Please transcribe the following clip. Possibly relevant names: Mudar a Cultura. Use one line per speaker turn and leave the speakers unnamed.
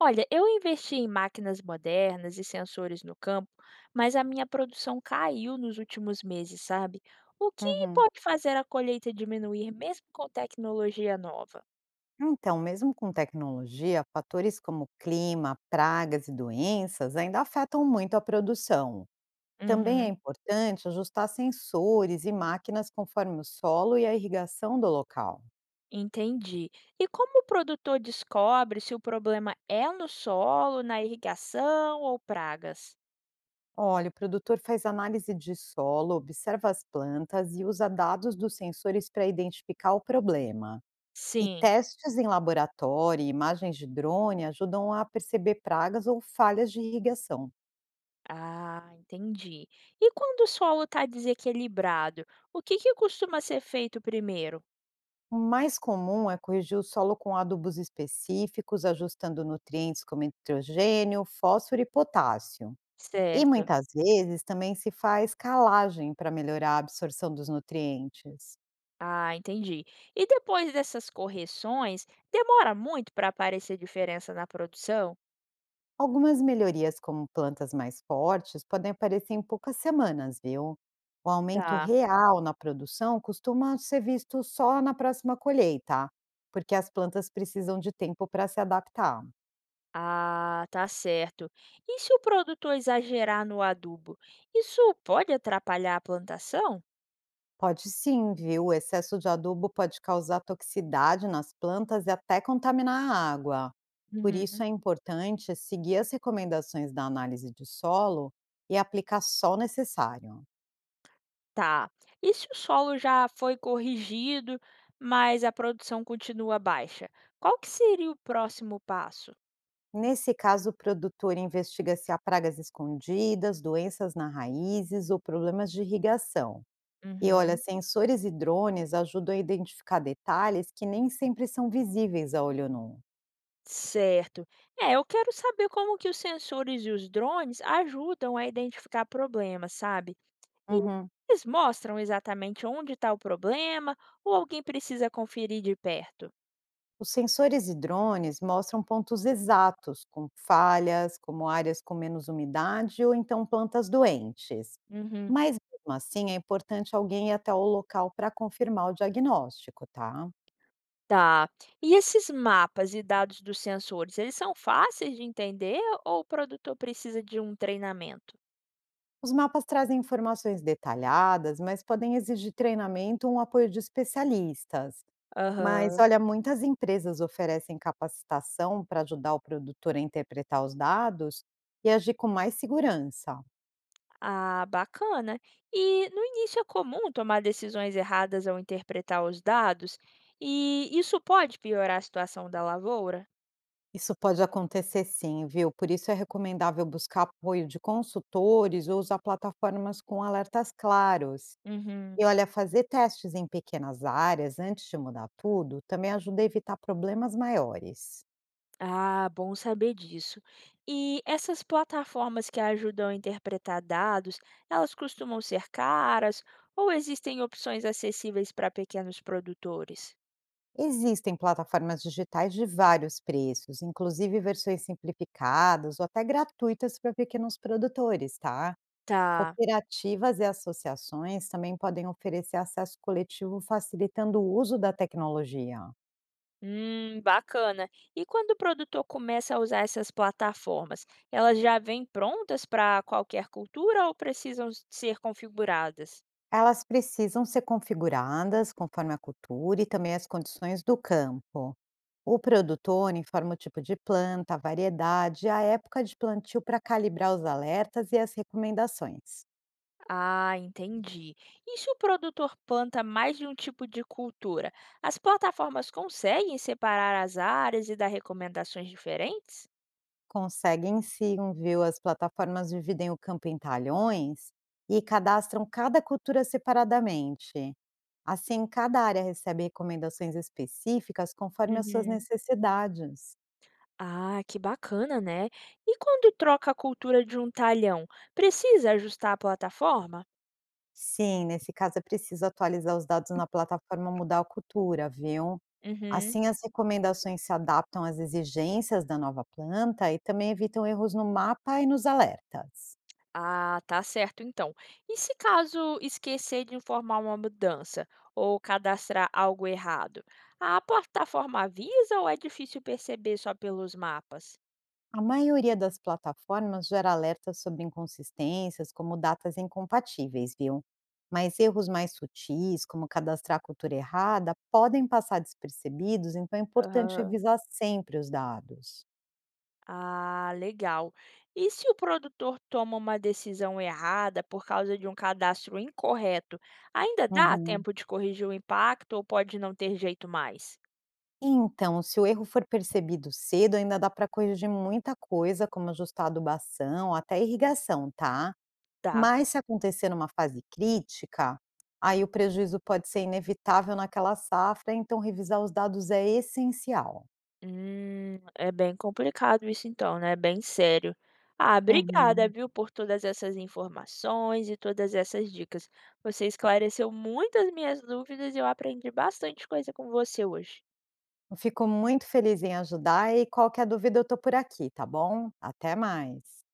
Olha, eu investi em máquinas modernas e sensores no campo, mas a minha produção caiu nos últimos meses, sabe? O que
Uhum.
pode fazer a colheita diminuir mesmo com tecnologia nova?
Então, mesmo com tecnologia, fatores como clima, pragas e doenças ainda afetam muito a produção. Também é
Uhum,
importante ajustar sensores e máquinas conforme o solo e a irrigação do local.
entendi. E como o produtor descobre se o problema é no solo, na irrigação ou pragas?
Olha, o produtor faz análise de solo, observa as plantas e usa dados dos sensores para identificar o problema. E
Sim.
testes em laboratório e imagens de drone ajudam a perceber pragas ou falhas de irrigação.
Ah, entendi. E quando o solo está desequilibrado, o que que costuma ser feito primeiro?
O mais comum é corrigir o solo com adubos específicos, ajustando nutrientes como nitrogênio, fósforo e potássio. E
Certo.
muitas vezes também se faz calagem para melhorar a absorção dos nutrientes.
Ah, entendi. E depois dessas correções, demora muito para aparecer diferença na produção?
Algumas melhorias, como plantas mais fortes, podem aparecer em poucas semanas, viu? O aumento
Tá.
real na produção costuma ser visto só na próxima colheita, porque as plantas precisam de tempo para se adaptar.
Ah, tá certo. E se o produtor exagerar no adubo, isso pode atrapalhar a plantação?
Pode sim, viu? O excesso de adubo pode causar toxicidade nas plantas e até contaminar a água. Por isso
Uhum.
é importante seguir as recomendações da análise de solo e aplicar só o necessário.
Tá. E se o solo já foi corrigido, mas a produção continua baixa? Qual que seria o próximo passo?
Nesse caso, o produtor investiga se há pragas escondidas, doenças nas raízes ou problemas de irrigação. E olha,
Uhum.
sensores e drones ajudam a identificar detalhes que nem sempre são visíveis a olho nu.
Certo. É, eu quero saber como que os sensores e os drones ajudam a identificar problemas, sabe? E
Uhum.
eles mostram exatamente onde está o problema ou alguém precisa conferir de perto?
Os sensores e drones mostram pontos exatos, com falhas, como áreas com menos umidade ou então plantas doentes.
Uhum.
Mas mesmo assim, é importante alguém ir até o local para confirmar o diagnóstico, tá?
Tá. E esses mapas e dados dos sensores, eles são fáceis de entender ou o produtor precisa de um treinamento?
Os mapas trazem informações detalhadas, mas podem exigir treinamento ou um apoio de especialistas. Mas
Aham.
olha, muitas empresas oferecem capacitação para ajudar o produtor a interpretar os dados e agir com mais segurança.
Ah, bacana. E no início é comum tomar decisões erradas ao interpretar os dados, e isso pode piorar a situação da lavoura?
Isso pode acontecer sim, viu? Por isso é recomendável buscar apoio de consultores ou usar plataformas com alertas claros.
Uhum.
E olha, fazer testes em pequenas áreas antes de mudar tudo também ajuda a evitar problemas maiores.
Ah, bom saber disso. E essas plataformas que ajudam a interpretar dados, elas costumam ser caras ou existem opções acessíveis para pequenos produtores?
Existem plataformas digitais de vários preços, inclusive versões simplificadas ou até gratuitas para pequenos produtores, tá?
Tá.
Cooperativas e associações também podem oferecer acesso coletivo facilitando o uso da tecnologia.
Bacana. E quando o produtor começa a usar essas plataformas, elas já vêm prontas para qualquer cultura ou precisam ser configuradas?
Elas precisam ser configuradas conforme a cultura e também as condições do campo. O produtor informa o tipo de planta, a variedade e a época de plantio para calibrar os alertas e as recomendações.
Ah, entendi. E se o produtor planta mais de um tipo de cultura, as plataformas conseguem separar as áreas e dar recomendações diferentes?
Conseguem sim, viu? As plataformas dividem o campo em talhões e cadastram cada cultura separadamente. Assim, cada área recebe recomendações específicas conforme as suas
Uhum.
necessidades.
Ah, que bacana, né? E quando troca a cultura de um talhão, precisa ajustar a plataforma?
Sim, nesse caso é preciso atualizar os dados na plataforma Mudar a Cultura, viu?
Uhum.
Assim, as recomendações se adaptam às exigências da nova planta e também evitam erros no mapa e nos alertas.
Ah, tá certo então. E se caso esquecer de informar uma mudança ou cadastrar algo errado, a plataforma avisa ou é difícil perceber só pelos mapas?
A maioria das plataformas gera alertas sobre inconsistências, como datas incompatíveis, viu? Mas erros mais sutis, como cadastrar a cultura errada, podem passar despercebidos, então é importante
Aham.
revisar sempre os dados.
Ah, legal. E se o produtor toma uma decisão errada por causa de um cadastro incorreto, ainda dá
Uhum.
tempo de corrigir o impacto ou pode não ter jeito mais?
Então, se o erro for percebido cedo, ainda dá para corrigir muita coisa, como ajustar a adubação, até irrigação, tá?
Dá.
Mas se acontecer numa fase crítica, aí o prejuízo pode ser inevitável naquela safra, então revisar os dados é essencial.
É bem complicado isso então, né, bem sério. Ah, obrigada,
Uhum.
viu, por todas essas informações e todas essas dicas. Você esclareceu muitas minhas dúvidas e eu aprendi bastante coisa com você hoje.
Fico muito feliz em ajudar e qualquer dúvida eu tô por aqui, tá bom? Até mais.